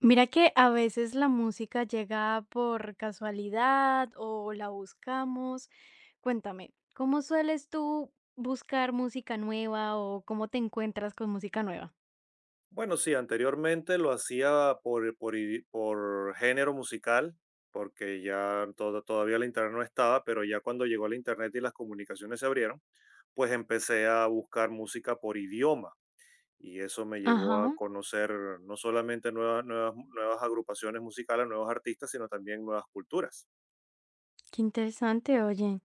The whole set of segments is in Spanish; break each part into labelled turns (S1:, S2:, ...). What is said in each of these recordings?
S1: Mira que a veces la música llega por casualidad o la buscamos. Cuéntame, ¿cómo sueles tú buscar música nueva o cómo te encuentras con música nueva?
S2: Bueno, sí, anteriormente lo hacía por género musical, porque ya todo, todavía el internet no estaba, pero ya cuando llegó el internet y las comunicaciones se abrieron, pues empecé a buscar música por idioma y eso me llevó
S1: Ajá,
S2: a conocer no solamente nuevas agrupaciones musicales, nuevos artistas, sino también nuevas culturas.
S1: qué interesante, oye.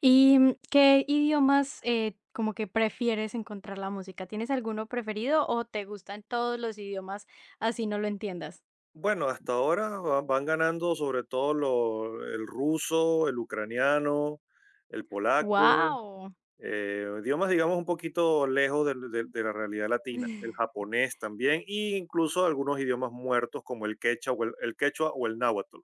S1: ¿Y qué idiomas como que prefieres encontrar la música? ¿Tienes alguno preferido o te gustan todos los idiomas así no lo entiendas?
S2: Bueno, hasta ahora van ganando sobre todo el ruso, el ucraniano, el polaco.
S1: ¡Wow!
S2: Idiomas, digamos, un poquito lejos de la realidad latina, el japonés también, e incluso algunos idiomas muertos como el quechua o el quechua o el náhuatl.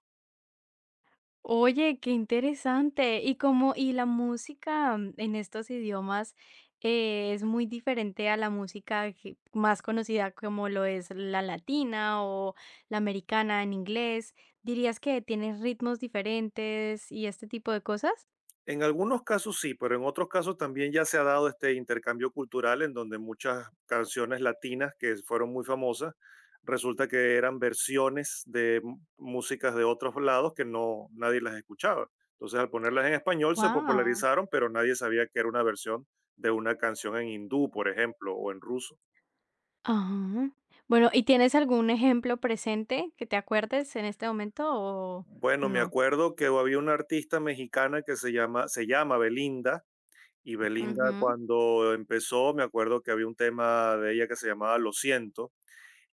S1: Oye, qué interesante. Y como y la música en estos idiomas, es muy diferente a la música que más conocida como lo es la latina o la americana en inglés. ¿Dirías que tiene ritmos diferentes y este tipo de cosas?
S2: En algunos casos sí, pero en otros casos también ya se ha dado este intercambio cultural en donde muchas canciones latinas que fueron muy famosas, resulta que eran versiones de músicas de otros lados que no nadie las escuchaba. Entonces, al ponerlas en español se
S1: Wow.
S2: popularizaron, pero nadie sabía que era una versión de una canción en hindú, por ejemplo, o en ruso.
S1: Ajá. Bueno, ¿y tienes algún ejemplo presente que te acuerdes en este momento o
S2: Bueno, me
S1: no?
S2: acuerdo que había una artista mexicana que se llama Belinda, y Belinda
S1: Ujú.
S2: cuando empezó, me acuerdo que había un tema de ella que se llamaba Lo siento,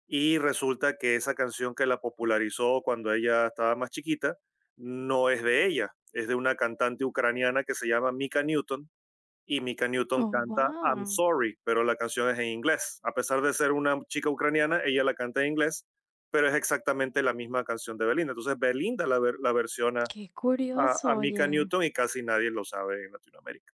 S2: y resulta que esa canción que la popularizó cuando ella estaba más chiquita, no es de ella, es de una cantante ucraniana que se llama Mika Newton, y Mika Newton
S1: Oh,
S2: canta I'm
S1: wow.
S2: Sorry, pero la canción es en inglés. A pesar de ser una chica ucraniana, ella la canta en inglés, pero es exactamente la misma canción de Belinda. Entonces Belinda la versiona
S1: Qué
S2: a
S1: curioso,
S2: Mika
S1: oye.
S2: Newton y casi nadie lo sabe en Latinoamérica.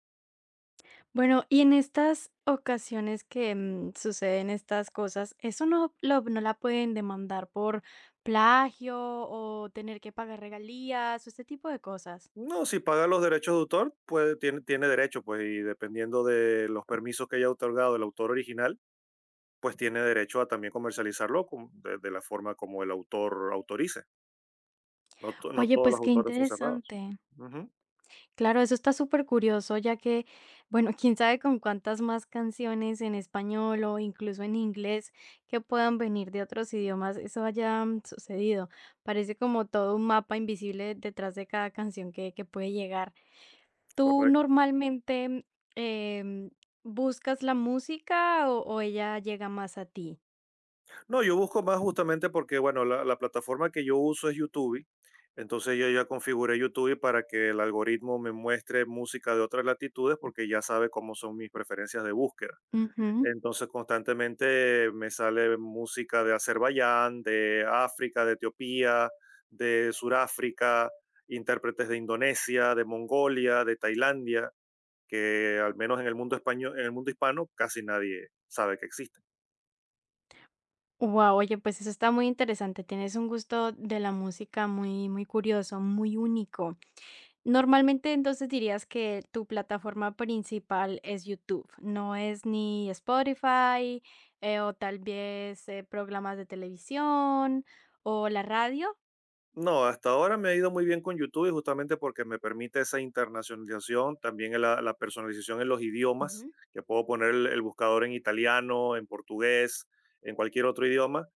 S1: Bueno, y en estas ocasiones que, suceden estas cosas, ¿eso no lo no la pueden demandar por plagio o tener que pagar regalías o este tipo de cosas?
S2: No, si paga los derechos de autor, pues tiene derecho, pues, y dependiendo de los permisos que haya otorgado el autor original, pues tiene derecho a también de la forma como el autor autorice. No, no
S1: Oye,
S2: todos los
S1: pues qué
S2: autores son cerrados.
S1: interesante.
S2: Ujú,
S1: Claro, eso está súper curioso, ya que, bueno, quién sabe con cuántas más canciones en español o incluso en inglés que puedan venir de otros idiomas, eso haya sucedido. Parece como todo un mapa invisible detrás de cada canción que puede llegar. ¿Tú
S2: correcto.
S1: normalmente, em, buscas la música o ella llega más a ti?
S2: No, yo busco más justamente porque, bueno, la plataforma que yo uso es YouTube. Entonces yo ya configuré YouTube para que el algoritmo me muestre música de otras latitudes porque ya sabe cómo son mis preferencias de búsqueda.
S1: Ujú.
S2: Entonces constantemente me sale música de Azerbaiyán, de África, de Etiopía, de Suráfrica, intérpretes de Indonesia, de Mongolia, de Tailandia, que al menos en el mundo español, en el mundo hispano casi nadie sabe que existe.
S1: Guau, oye, pues eso está muy interesante. Tienes un gusto de la música muy, muy curioso, muy único. Normalmente, entonces dirías que tu plataforma principal es YouTube, no es ni Spotify, o tal vez, programas de televisión o la radio.
S2: No, hasta ahora me ha ido muy bien con YouTube y justamente porque me permite esa internacionalización, también la personalización en los idiomas, que puedo poner el buscador en italiano, en portugués, en cualquier otro idioma,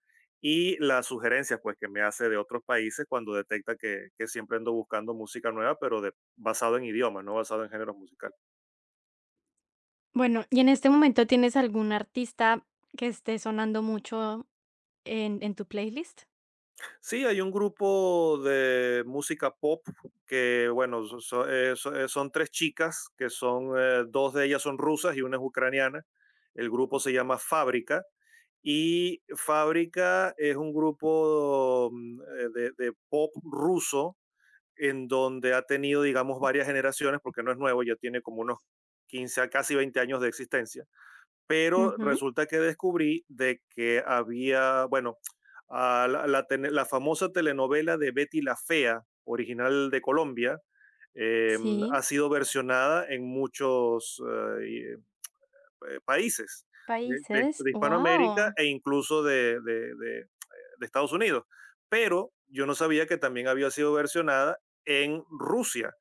S2: y las sugerencias pues que me hace de otros países cuando detecta que siempre ando buscando música nueva, pero basado en idiomas, no basado en géneros musicales.
S1: Bueno, y en este momento, ¿tienes algún artista que esté sonando mucho en tu playlist?
S2: Sí, hay un grupo de música pop que, bueno, son tres chicas, que son, dos de ellas son rusas y una es ucraniana. El grupo se llama Fábrica y Fábrica es un grupo de pop ruso en donde ha tenido, digamos, varias generaciones, porque no es nuevo, ya tiene como unos 15 a casi 20 años de existencia, pero
S1: Ujú,
S2: resulta que descubrí de que había, bueno, la famosa telenovela de Betty la Fea, original de Colombia, ha
S1: sí,
S2: sido versionada en muchos, eh, países
S1: países.
S2: de Hispanoamérica
S1: Wow.
S2: e incluso de Estados Unidos. Pero yo no sabía que también había sido versionada en Rusia.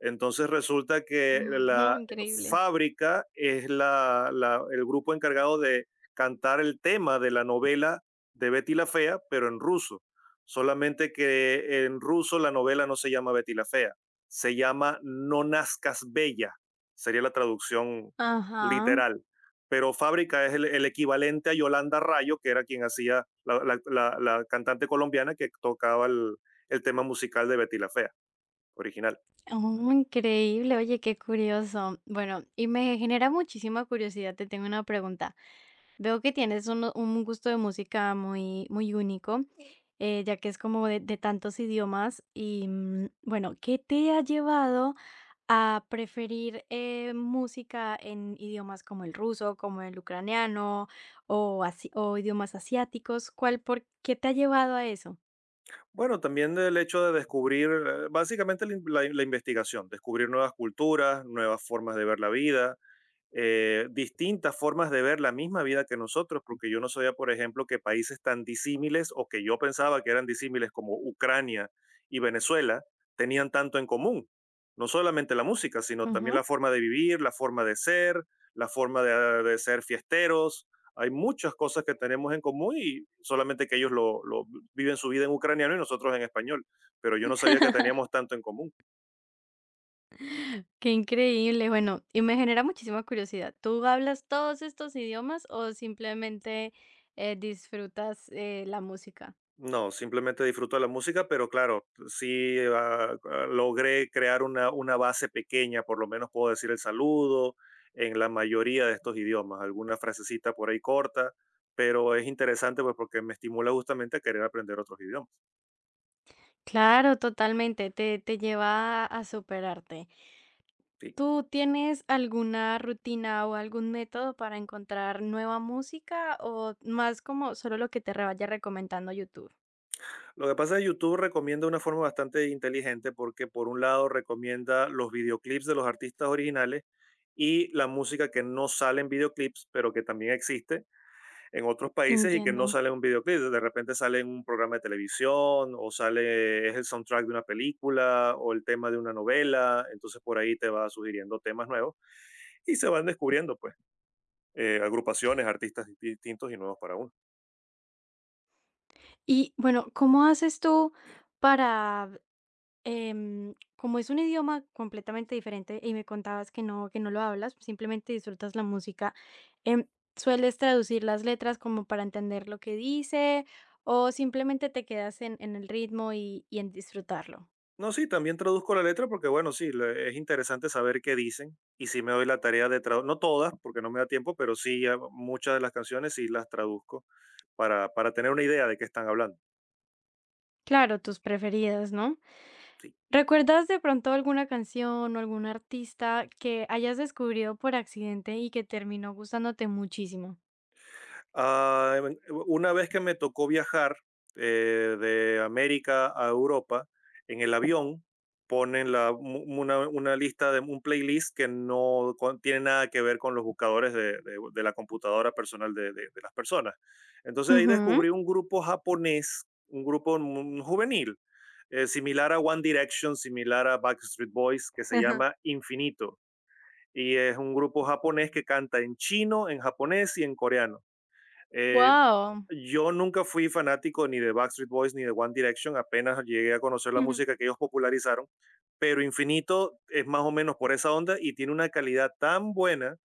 S2: Entonces resulta que
S1: Oh,
S2: la
S1: increíble.
S2: fábrica es el grupo encargado de cantar el tema de la novela de Betty la Fea, pero en ruso. Solamente que en ruso la novela no se llama Betty la Fea, se llama No Nazcas Bella, sería la traducción
S1: Ajá.
S2: literal, pero Fábrica es equivalente a Yolanda Rayo, que era quien hacía la cantante colombiana que tocaba tema musical de Betty la Fea original.
S1: Oh, increíble. Oye, qué curioso. Bueno, y me genera muchísima curiosidad, te tengo una pregunta. Veo que tienes uno un gusto de música muy muy único, ya que es como de tantos idiomas y, bueno, ¿qué te ha llevado a preferir, música en idiomas como el ruso, como el ucraniano o asi o idiomas asiáticos, ¿cuál por qué te ha llevado a eso?
S2: Bueno, también del hecho de descubrir básicamente la investigación, descubrir nuevas culturas, nuevas formas de ver la vida, distintas formas de ver la misma vida que nosotros, porque yo no sabía, por ejemplo, que países tan disímiles o que yo pensaba que eran disímiles como Ucrania y Venezuela tenían tanto en común. No solamente la música, sino también
S1: Ajá,
S2: la forma de vivir, la forma de ser, la forma de ser fiesteros. Hay muchas cosas que tenemos en común y solamente que ellos lo viven su vida en ucraniano y nosotros en español. Pero yo no sabía que teníamos tanto en común.
S1: qué increíble. Bueno, y me genera muchísima curiosidad, ¿tú hablas todos estos idiomas o simplemente, disfrutas, la música?
S2: No, simplemente disfruto de la música, pero claro, sí, logré crear una base pequeña, por lo menos puedo decir el saludo en la mayoría de estos idiomas, alguna frasecita por ahí corta, pero es interesante pues porque me estimula justamente a querer aprender otros idiomas.
S1: Claro, totalmente, te lleva a superarte.
S2: Sí.
S1: ¿Tú tienes alguna rutina o algún método para encontrar nueva música o más como solo lo que vaya recomendando YouTube?
S2: Lo que pasa es que YouTube recomienda una forma bastante inteligente porque por un lado recomienda los videoclips de los artistas originales y la música que no sale en videoclips, pero que también existe en otros países y que
S1: Entiendo.
S2: no sale en un videoclip, de repente sale en un programa de televisión o sale, es el soundtrack de una película o el tema de una novela, entonces por ahí te va sugiriendo temas nuevos y se van descubriendo pues agrupaciones, artistas distintos y nuevos para uno.
S1: Y bueno, ¿cómo haces tú para, como es un idioma completamente diferente y me contabas que no lo hablas, simplemente disfrutas la música, em, ¿sueles traducir las letras como para entender lo que dice o simplemente te quedas en el ritmo y en disfrutarlo?
S2: No, sí, también traduzco la letra porque bueno, sí, es interesante saber qué dicen y sí me doy la tarea de traducir, no todas porque no me da tiempo, pero sí a muchas de las canciones sí las traduzco para tener una idea de qué están hablando.
S1: Claro, tus preferidas, ¿no?
S2: Sí.
S1: ¿Recuerdas de pronto alguna canción o algún artista que hayas descubierto por accidente y que terminó gustándote muchísimo?
S2: Una vez que me tocó viajar de América a Europa, en el avión ponen una lista de un playlist que tiene nada que ver con los buscadores de la computadora personal de las personas. Entonces ahí
S1: Ujú.
S2: descubrí un grupo japonés, un grupo juvenil, similar a One Direction, similar a Backstreet Boys, que se llama Infinito. Y es un grupo japonés que canta en chino, en japonés y en coreano. Eh,
S1: Wow.
S2: yo nunca fui fanático ni de Backstreet Boys ni de One Direction, apenas llegué a conocer la música que ellos popularizaron, pero Infinito es más o menos por esa onda y tiene una calidad tan buena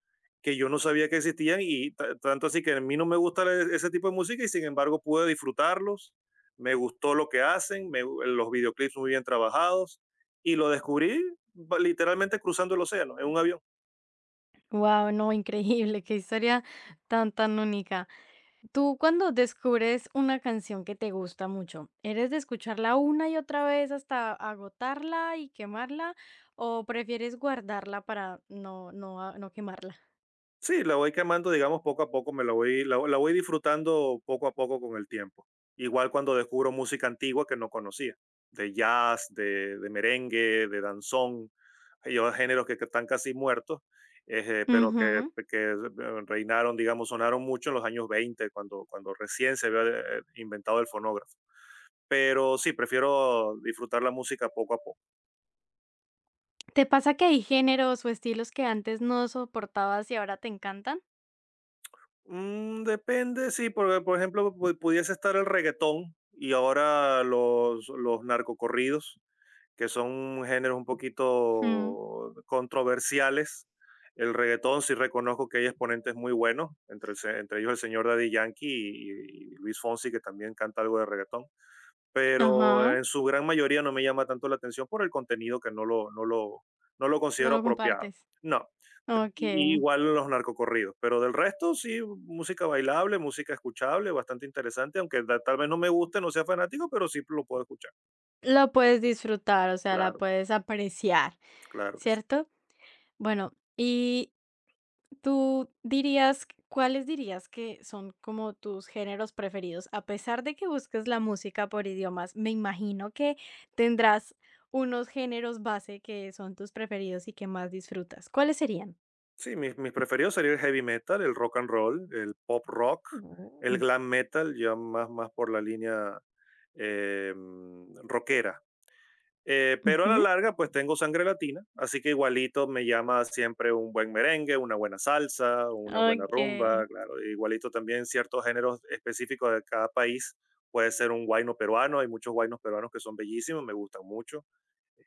S2: que yo no sabía que existían y tanto así que a mí no me gusta ese tipo de música y sin embargo pude disfrutarlos, me gustó lo que hacen, los videoclips muy bien trabajados y lo descubrí literalmente cruzando el océano en un avión.
S1: Wow, no, increíble, qué historia tan, tan única. Tú cuando descubres una canción que te gusta mucho, ¿eres de escucharla una y otra vez hasta agotarla y quemarla o prefieres guardarla para no no a no quemarla?
S2: Sí, la voy quemando, digamos, poco a poco, me la voy, la voy disfrutando poco a poco con el tiempo. Igual cuando descubro música antigua que no conocía, de jazz, de merengue, de danzón, hay otros géneros que están casi muertos, pero
S1: Ujú.
S2: que reinaron, digamos, sonaron mucho en los años 20, cuando recién se había inventado el fonógrafo. Pero sí, prefiero disfrutar la música poco a poco.
S1: ¿Te pasa que hay géneros o estilos que antes no soportabas y ahora te encantan?
S2: Mm, depende, sí, porque por ejemplo pudiese estar el reggaetón y ahora los narcocorridos, que son géneros un
S1: Mm,
S2: poquito controversiales. El reggaetón sí reconozco que hay exponentes muy buenos, entre, entre ellos el señor Daddy Yankee y Luis Fonsi, que también canta algo de reggaetón, pero
S1: ajá,
S2: en su gran mayoría no me llama tanto la atención por el contenido que no lo
S1: no
S2: considero
S1: lo
S2: apropiado.
S1: compartes.
S2: No,
S1: Ok,
S2: y igual los narcocorridos, pero del resto sí, música bailable, música escuchable, bastante interesante, aunque tal vez no me guste, no sea fanático, pero sí lo puedo escuchar.
S1: lo puedes disfrutar, o sea, la
S2: Claro,
S1: puedes apreciar,
S2: claro que sí.
S1: ¿cierto? Bueno, y tú dirías, ¿cuáles dirías que son como tus géneros preferidos? A pesar de que busques la música por idiomas, me imagino que tendrás unos géneros base que son tus preferidos y que más disfrutas. ¿Cuáles serían?
S2: Sí, mis preferidos serían el heavy metal, el rock and roll, el pop rock, el glam metal, ya más, más por la línea rockera. Pero a la
S1: Mm.
S2: larga, pues tengo sangre latina, así que igualito me llama siempre un buen merengue, una buena salsa, una buena rumba,
S1: Okey.
S2: claro. Igualito también ciertos géneros específicos de cada país. Puede ser un guayno peruano, hay muchos guaynos peruanos que son bellísimos, me gustan mucho.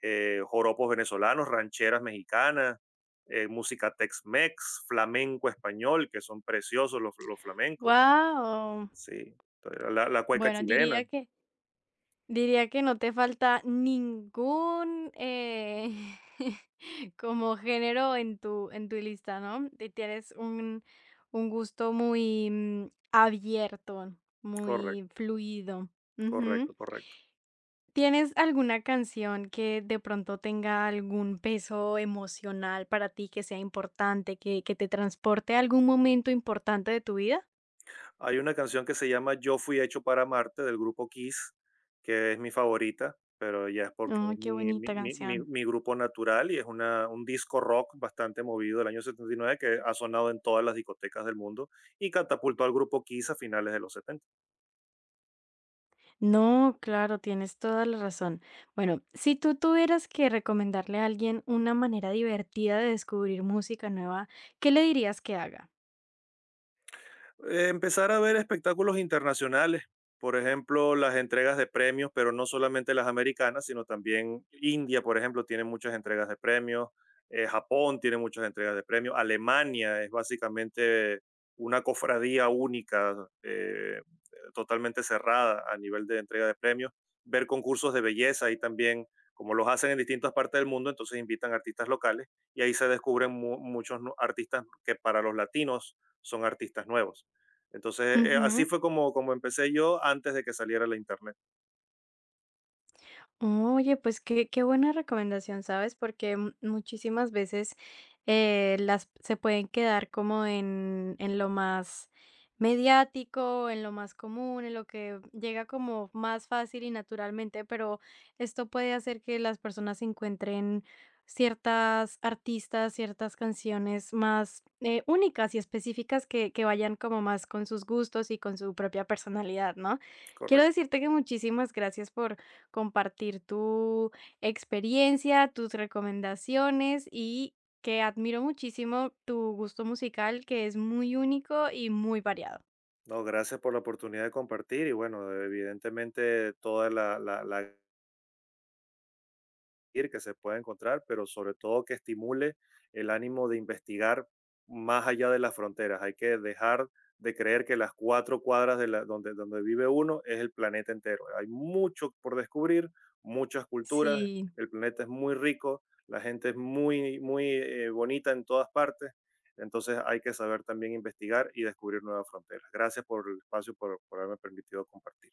S2: Joropos venezolanos, rancheras mexicanas, música Tex-Mex, flamenco español, que son preciosos los flamencos.
S1: Wow.
S2: Sí, la cueca
S1: Bueno,
S2: chilena,
S1: diría que no te falta ningún, como género en tu lista, ¿no? Ti tienes un gusto muy, abierto, muy
S2: correcto,
S1: fluido. Ujú.
S2: correcto, correcto.
S1: ¿Tienes alguna canción que de pronto tenga algún peso emocional para ti, que sea importante, que te transporte a algún momento importante de tu vida?
S2: Hay una canción que se llama Yo fui hecho para Marte del grupo Kiss, que es mi favorita, pero ya es porque
S1: Ay,
S2: es
S1: qué bonita canción.
S2: mi grupo natural y es un disco rock bastante movido del año 79 que ha sonado en todas las discotecas del mundo y catapultó al grupo Kiss a finales de los 70.
S1: No, claro, tienes toda la razón. Bueno, si tú tuvieras que recomendarle a alguien una manera divertida de descubrir música nueva, ¿qué le dirías que haga?
S2: Empezar a ver espectáculos internacionales, por ejemplo, las entregas de premios, pero no solamente las americanas, sino también India, por ejemplo, tiene muchas entregas de premios, Japón tiene muchas entregas de premios, Alemania es básicamente una cofradía única, eh, totalmente cerrada a nivel de entrega de premios, ver concursos de belleza ahí también, como los hacen en distintas partes del mundo, entonces invitan artistas locales y ahí se descubren muchos artistas que para los latinos son artistas nuevos. Entonces, así fue como empecé yo antes de que saliera la internet.
S1: Oye, pues qué, qué buena recomendación, ¿sabes? Porque muchísimas veces las se pueden quedar como en lo más mediático, en lo más común, en lo que llega como más fácil y naturalmente, pero esto puede hacer que las personas encuentren ciertas artistas, ciertas canciones más únicas y específicas que vayan como más con sus gustos y con su propia personalidad, ¿no? Quiero
S2: Correcto.
S1: decirte que muchísimas gracias por compartir tu experiencia, tus recomendaciones y que admiro muchísimo tu gusto musical, que es muy único y muy variado.
S2: No, gracias por la oportunidad de compartir y bueno, evidentemente toda la la que se pueda encontrar, pero sobre todo que estimule el ánimo de investigar más allá de las fronteras. Hay que dejar de creer que las 4 cuadras de donde, donde vive uno es el planeta entero. Hay mucho por descubrir, muchas culturas,
S1: Sí,
S2: el planeta es muy rico, la gente es muy, muy bonita en todas partes, entonces hay que saber también investigar y descubrir nuevas fronteras. Gracias por el espacio, por haberme permitido compartir.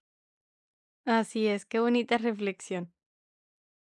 S1: así es, qué bonita reflexión.